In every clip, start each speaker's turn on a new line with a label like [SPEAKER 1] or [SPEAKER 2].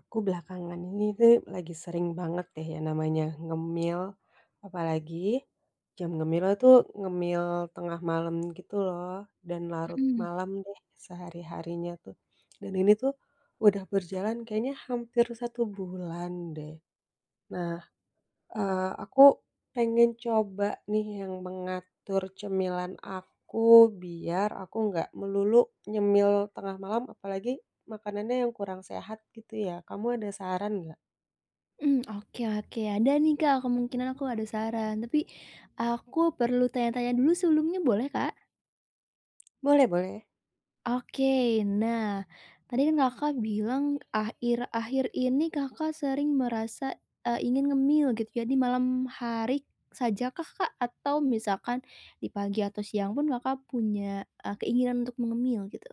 [SPEAKER 1] Aku belakangan ini tuh lagi sering banget deh ya namanya ngemil, apalagi jam ngemilnya tuh ngemil tengah malam gitu loh, dan larut
[SPEAKER 2] Mmm,
[SPEAKER 1] malam deh sehari-harinya tuh. Dan ini tuh udah berjalan kayaknya hampir satu bulan deh. Nah, aku pengen coba nih yang mengatur cemilan aku biar aku nggak melulu nyemil tengah malam, apalagi makanannya yang kurang sehat gitu ya. Kamu ada saran nggak?
[SPEAKER 2] oke, oke, ada nih, Kak, kemungkinan aku ada saran, tapi aku perlu tanya-tanya dulu sebelumnya boleh, Kak?
[SPEAKER 1] Boleh, boleh.
[SPEAKER 2] Oke, nah, tadi kan Kakak bilang akhir-akhir ini Kakak sering merasa, ingin ngemil gitu ya di malam hari sajakah, Kak? Atau misalkan di pagi atau siang pun Kakak punya, keinginan untuk mengemil gitu?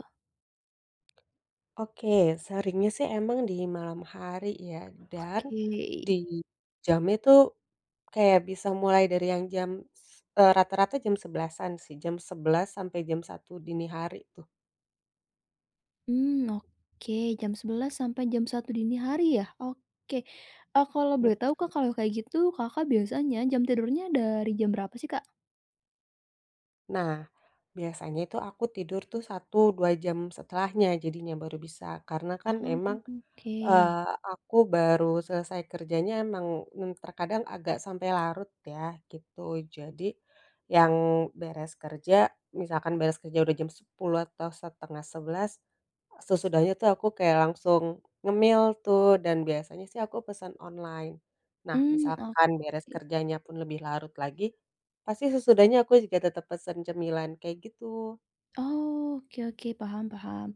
[SPEAKER 1] Oke, seringnya sih emang di malam hari ya, dan
[SPEAKER 2] Oke.
[SPEAKER 1] di jam itu kayak bisa mulai dari yang jam s eh, rata-rata jam sebelasan an sih, jam sebelas sampai jam satu dini hari tuh.
[SPEAKER 2] Hmm, oke, jam sebelas sampai jam satu dini hari ya? Oke, kalau boleh tahu Kak, kalau kayak gitu Kakak biasanya jam tidurnya dari jam berapa sih, Kak?
[SPEAKER 1] Nah, biasanya itu aku tidur tuh satu 2 jam setelahnya jadinya baru bisa, karena kan
[SPEAKER 2] Oh,
[SPEAKER 1] emang,
[SPEAKER 2] oke.
[SPEAKER 1] Eee, aku baru selesai kerjanya emang, terkadang agak sampai larut ya gitu. Jadi yang beres kerja, misalkan beres kerja udah jam sepuluh atau setengah sebelas, sesudahnya tuh aku kayak langsung ngemil tuh dan biasanya sih aku pesan online. Nah
[SPEAKER 2] Hmm,
[SPEAKER 1] misalkan
[SPEAKER 2] oke.
[SPEAKER 1] beres kerjanya pun lebih larut lagi, pasti sesudahnya aku juga tetap pesan cemilan kayak gitu.
[SPEAKER 2] Oh, oke, oke, paham, paham.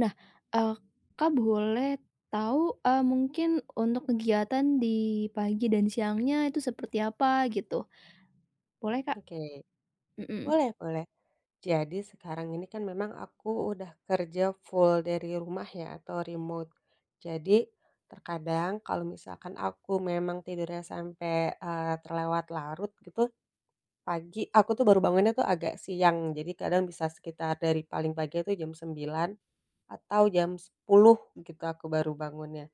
[SPEAKER 2] Nah, eee, Kak, boleh tahu, mungkin untuk kegiatan di pagi dan siangnya itu seperti apa gitu? Boleh, Kak?
[SPEAKER 1] Oke,
[SPEAKER 2] Mhm.
[SPEAKER 1] boleh, boleh. Jadi sekarang ini kan memang aku udah kerja full dari rumah ya atau remote. Jadi terkadang kalau misalkan aku memang tidurnya sampai terlewat larut gitu, pagi aku tuh baru bangunnya tuh agak siang. Jadi kadang bisa sekitar dari paling pagi itu jam 9. Atau jam sepuluh gitu aku baru bangunnya.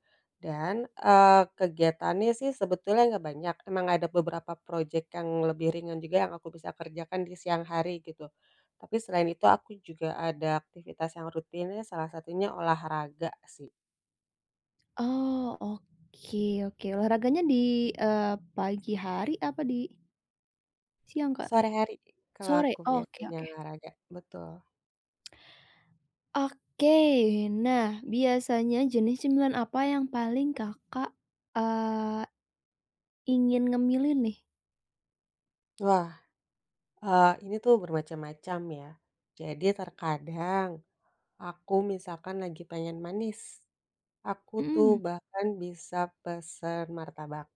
[SPEAKER 1] Dan, kegiatannya sih sebetulnya nggak banyak, emang ada beberapa projek yang lebih ringan juga yang aku bisa kerjakan di siang hari gitu. Tapi selain itu aku juga ada aktivitas yang rutinnya salah satunya olahraga sih.
[SPEAKER 2] Oh, oke, oke. Olahraganya di, eee, pagi hari apa di siang, Kak?
[SPEAKER 1] Sore hari kalau
[SPEAKER 2] Sore,
[SPEAKER 1] aku
[SPEAKER 2] oke,
[SPEAKER 1] biasanya
[SPEAKER 2] oke.
[SPEAKER 1] olahraga, betul.
[SPEAKER 2] Oke, nah biasanya jenis cemilan apa yang paling Kakak, eee, ingin ngemilin nih?
[SPEAKER 1] Wah, ini tuh bermacam-macam ya. Jadi terkadang aku misalkan lagi pengen manis. Aku tuh
[SPEAKER 2] Mhm,
[SPEAKER 1] bahkan bisa pesan martabak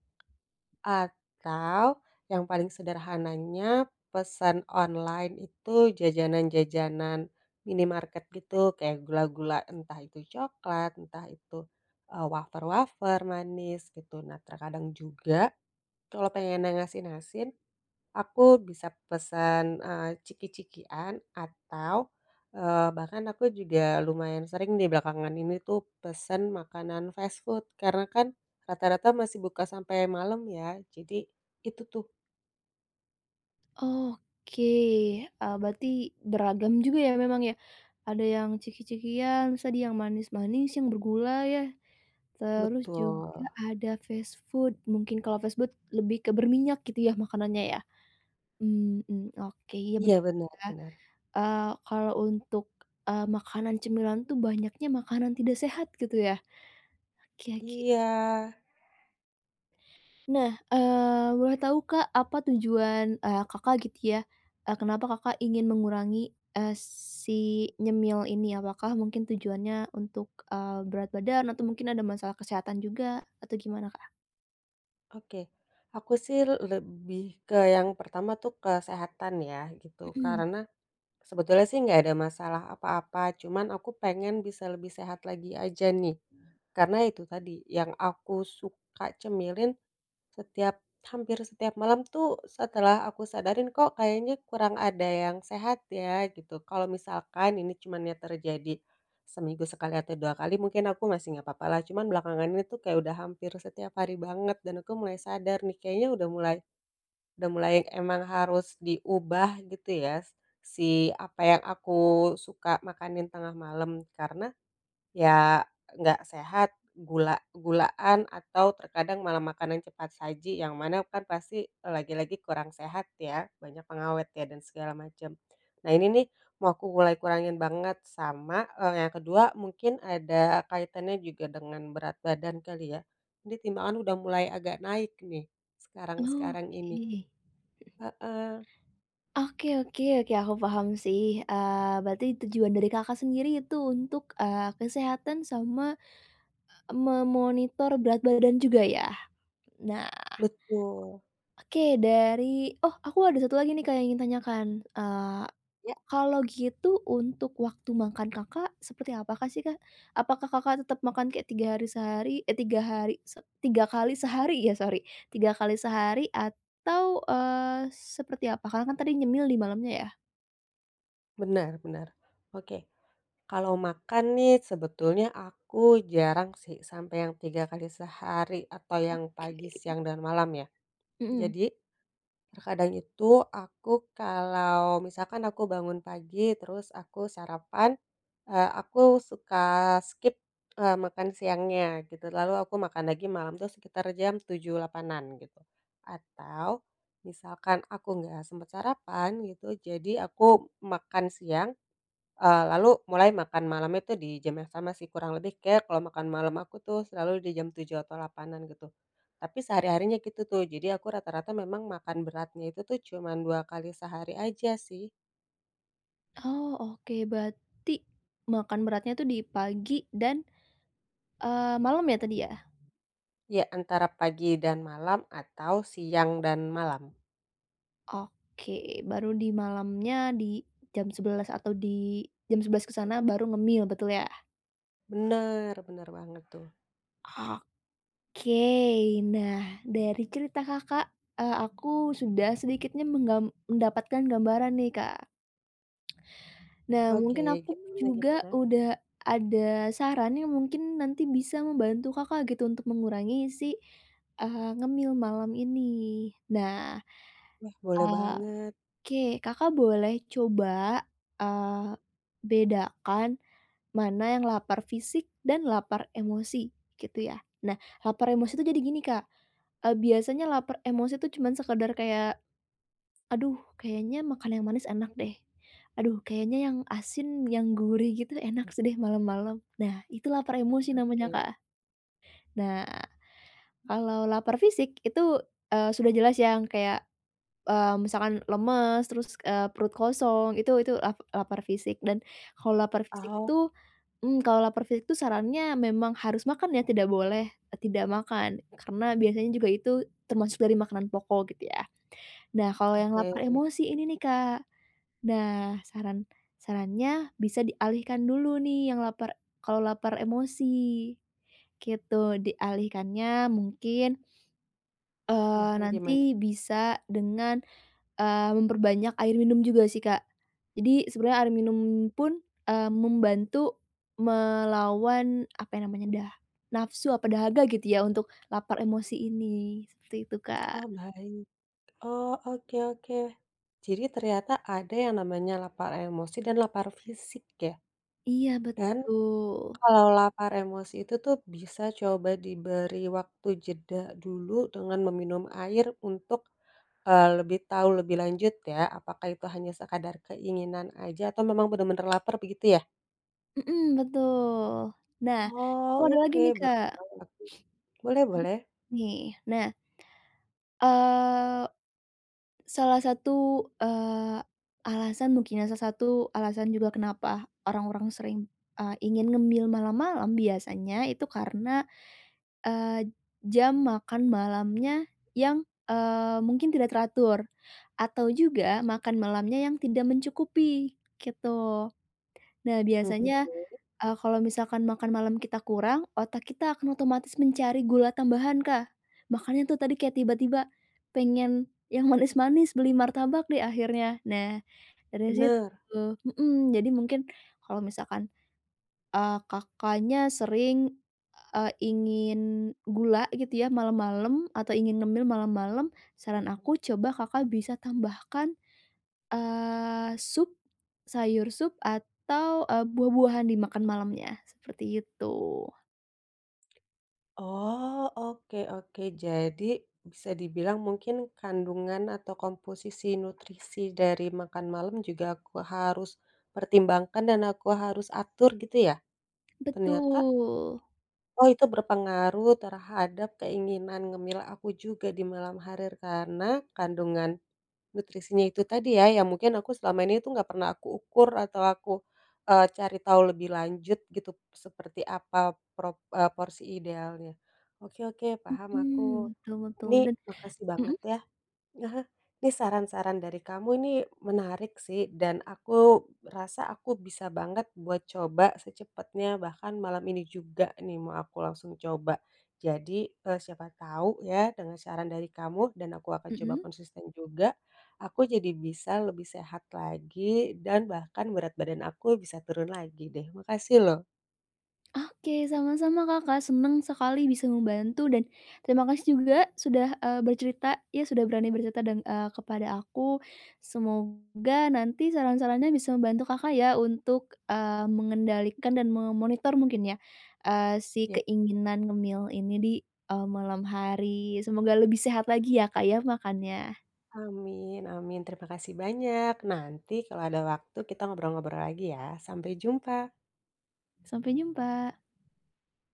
[SPEAKER 1] atau yang paling sederhananya pesan online itu jajanan-jajanan minimarket gitu kayak gula-gula entah itu coklat, entah itu, wafer-wafer manis gitu. Nah terkadang juga kalau pengen yang asin-asin aku bisa pesan, ciki-cikian atau, bahkan aku juga lumayan sering di belakangan ini tuh pesan makanan fast food karena kan rata-rata masih buka sampai malam ya, jadi itu tuh
[SPEAKER 2] oke, berarti beragam juga ya memang ya? Ada yang ciki-cikian, terus tadi yang manis-manis, yang bergula ya, terus
[SPEAKER 1] betul.
[SPEAKER 2] juga ada fast food, mungkin kalau fast food lebih ke berminyak gitu ya makanannya ya? Mmm, oke, iya
[SPEAKER 1] Iya
[SPEAKER 2] bener
[SPEAKER 1] benar
[SPEAKER 2] ya.
[SPEAKER 1] benar.
[SPEAKER 2] Kalau untuk, makanan cemilan tuh banyaknya makanan tidak sehat gitu ya. Iya, ki
[SPEAKER 1] Iya,
[SPEAKER 2] Nah, boleh tahu, Kak, apa tujuan, Kakak gitu ya, kenapa Kakak ingin mengurangi, si nyemil ini? Apakah mungkin tujuannya untuk, berat badan atau mungkin ada masalah kesehatan juga atau gimana, Kak?
[SPEAKER 1] oke. Aku sih lebih ke yang pertama tuh kesehatan ya gitu,
[SPEAKER 2] Mhm,
[SPEAKER 1] karena sebetulnya sih nggak ada masalah apa-apa, cuman aku pengen bisa lebih sehat lagi aja nih. Karena itu tadi, yang aku suka cemilin setiap hampir setiap malam tuh setelah aku sadarin kok kayaknya kurang ada yang sehat ya gitu. Kalau misalkan ini cuman ya terjadi seminggu sekali atau dua kali mungkin aku masih nggak apa-apa lah. Cuman belakangan ini tuh kayak udah hampir setiap hari banget dan aku mulai sadar nih kayaknya udah mulai emang harus diubah gitu ya, si apa yang aku suka makanin tengah malam karena ya nggak sehat, gula gulaan atau terkadang malah makanan cepat saji yang mana kan pasti lagi-lagi kurang sehat ya, banyak pengawet ya dan segala macam. Nah ini nih mau aku mulai kurangin banget sama, yang kedua mungkin ada kaitannya juga dengan berat badan kali ya. Ini timbangan udah mulai agak naik nih sekarang-sekarang ini.
[SPEAKER 2] oke.
[SPEAKER 1] Heeh,
[SPEAKER 2] Oke, oke, oke, aku paham sih, berarti tujuan dari Kakak sendiri itu untuk, kesehatan sama memonitor berat badan juga ya? Nah,
[SPEAKER 1] betul.
[SPEAKER 2] oke dari oh aku ada satu lagi nih Kak yang ingin tanyakan, eee,
[SPEAKER 1] Ya.
[SPEAKER 2] kalau gitu untuk waktu makan Kakak seperti apakah sih, Kak? Apakah Kakak tetap makan kayak 3 hari sehari eh 3 hari se 3 kali sehari ya sorry, 3 kali sehari atau, seperti apa? Karena kan tadi nyemil di malamnya ya?
[SPEAKER 1] Benar benar. Oke, kalau makan nih sebetulnya aku jarang sih sampai yang 3 kali sehari atau yang pagi,
[SPEAKER 2] Oke.
[SPEAKER 1] siang, dan malam ya.
[SPEAKER 2] Mhm.
[SPEAKER 1] Jadi terkadang itu aku kalau misalkan aku bangun pagi terus aku sarapan, aku suka skip, makan siangnya gitu, lalu aku makan lagi malam tuh sekitar jam tujuh 8.00-an gitu. Atau misalkan aku nggak sempat sarapan gitu, jadi aku makan siang. Lalu mulai makan malam itu di jam yang sama sih, kurang lebih kayak kalau makan malam aku tuh selalu di jam tujuh atau delapanan gitu. Tapi sehari-harinya gitu tuh, jadi aku rata-rata memang makan beratnya itu tuh cuman dua kali sehari aja sih.
[SPEAKER 2] Oh oke berarti makan beratnya tuh di pagi dan, malam ya tadi ya?
[SPEAKER 1] Ya antara pagi dan malam atau siang dan malam.
[SPEAKER 2] Oke, baru di malamnya di jam 11 ke sana baru ngemil, betul ya?
[SPEAKER 1] Bener bener banget tuh.
[SPEAKER 2] Oke, nah dari cerita Kakak, aku sudah sedikitnya mendapatkan gambaran nih, Kak. Nah,
[SPEAKER 1] Oke,
[SPEAKER 2] mungkin aku
[SPEAKER 1] gimana
[SPEAKER 2] juga
[SPEAKER 1] gimana?
[SPEAKER 2] udah ada saran yang mungkin nanti bisa membantu Kakak gitu untuk mengurangi si, ngemil malam ini. Nah,
[SPEAKER 1] Wah, boleh
[SPEAKER 2] eee,
[SPEAKER 1] banget.
[SPEAKER 2] oke Kakak boleh coba, eee, bedakan mana yang lapar fisik dan lapar emosi, gitu ya. Nah, lapar emosi itu jadi gini, Kak, biasanya lapar emosi itu cuman sekedar kayak, "Aduh kayaknya makan yang manis enak deh. Aduh kayaknya yang asin, yang gurih gitu enak sih deh malam-malam." Nah, itu lapar emosi namanya,
[SPEAKER 1] Oke.
[SPEAKER 2] Kak. Nah, kalau lapar fisik itu, sudah jelas ya, yang kayak, misalkan lemes, terus, perut kosong, itu lapar fisik. Dan kalau lapar fisik
[SPEAKER 1] Oh,
[SPEAKER 2] itu Mmm, kalau lapar fisik tuh sarannya memang harus makan ya, tidak boleh tidak makan, karena biasanya juga itu termasuk dari makanan pokok gitu ya. Nah, kalau yang
[SPEAKER 1] oke.
[SPEAKER 2] lapar emosi ini nih, Kak. Nah, sarannya bisa dialihkan dulu nih yang lapar kalau lapar emosi, gitu. Dialihkannya mungkin,
[SPEAKER 1] Ah gimana?
[SPEAKER 2] nanti bisa dengan memperbanyak air minum juga sih, Kak. Jadi sebenarnya air minum pun, membantu melawan, apa ya namanya, nafsu apa dahaga gitu ya untuk lapar emosi ini, seperti itu, Kak.
[SPEAKER 1] Oh, baik. Oh, oke oke. Jadi ternyata ada yang namanya lapar emosi dan lapar fisik ya?
[SPEAKER 2] Iya,
[SPEAKER 1] Dan
[SPEAKER 2] betul.
[SPEAKER 1] kalau lapar emosi itu tuh bisa coba diberi waktu jeda dulu dengan meminum air untuk, lebih tahu lebih lanjut ya, apakah itu hanya sekadar keinginan aja atau memang benar-benar lapar begitu ya?
[SPEAKER 2] Mhm, betul. Nah,
[SPEAKER 1] Oh
[SPEAKER 2] aku ada lagi
[SPEAKER 1] oke,
[SPEAKER 2] nih,
[SPEAKER 1] baru
[SPEAKER 2] Kak.
[SPEAKER 1] tahu aku. Boleh
[SPEAKER 2] Aku
[SPEAKER 1] boleh.
[SPEAKER 2] nih. Nah, eee salah satu, eee, alasan mungkin ya, salah satu alasan juga kenapa orang-orang sering, ingin ngemil malam-malam biasanya itu karena, eee, jam makan malamnya yang, mungkin tidak teratur atau juga makan malamnya yang tidak mencukupi, gitu. Nah, biasanya
[SPEAKER 1] Oke,
[SPEAKER 2] Kalau misalkan makan malam kita kurang, otak kita akan otomatis mencari gula tambahan, Kak. Makanya tuh tadi kayak tiba-tiba pengen yang manis-manis, beli martabak deh akhirnya. Nah, dari situ
[SPEAKER 1] benar.
[SPEAKER 2] mhm, jadi mungkin kalau misalkan, Kakaknya sering, ingin gula gitu ya malam-malam atau ingin ngemil malam-malam, saran aku coba Kakak bisa tambahkan Eee, sup, sayur sup atau, buah-buahan dimakan malamnya, seperti itu.
[SPEAKER 1] Oh, oke oke. Jadi bisa dibilang mungkin kandungan atau komposisi nutrisi dari makan malam juga aku harus pertimbangkan dan aku harus atur gitu ya? Ternyata
[SPEAKER 2] Betul,
[SPEAKER 1] oh itu berpengaruh terhadap keinginan ngemil aku juga di malam hari karena kandungan nutrisinya itu tadi ya, yang mungkin aku selama ini tuh nggak pernah aku ukur atau aku, cari tahu lebih lanjut gitu, seperti apa porsi idealnya. Oke oke, paham aku.
[SPEAKER 2] mhm, betul, betul
[SPEAKER 1] Ini
[SPEAKER 2] dan
[SPEAKER 1] makasih
[SPEAKER 2] mhm
[SPEAKER 1] banget ya. Aha, ini saran-saran dari kamu ini menarik sih dan aku rasa aku bisa banget buat coba secepatnya bahkan malam ini juga nih mau aku langsung coba. Jadi siapa tahu ya dengan saran dari kamu dan aku akan coba
[SPEAKER 2] mhm?
[SPEAKER 1] konsisten juga, aku jadi bisa lebih sehat lagi dan bahkan berat badan aku bisa turun lagi deh. Makasih loh.
[SPEAKER 2] Oke, sama-sama Kakak, seneng sekali bisa membantu dan terima kasih juga sudah, bercerita ya, sudah berani bercerita dan kepada aku. Semoga nanti saran-sarannya bisa membantu Kakak ya untuk, mengendalikan dan memonitor mungkin ya, si
[SPEAKER 1] Ya,
[SPEAKER 2] keinginan ngemil ini di, malam hari. Semoga lebih sehat lagi ya Kak ya makannya.
[SPEAKER 1] amin, amin. Terima kasih banyak. Nanti kalau ada waktu kita ngobrol-ngobrol lagi ya. Sampai jumpa.
[SPEAKER 2] Sampai jumpa.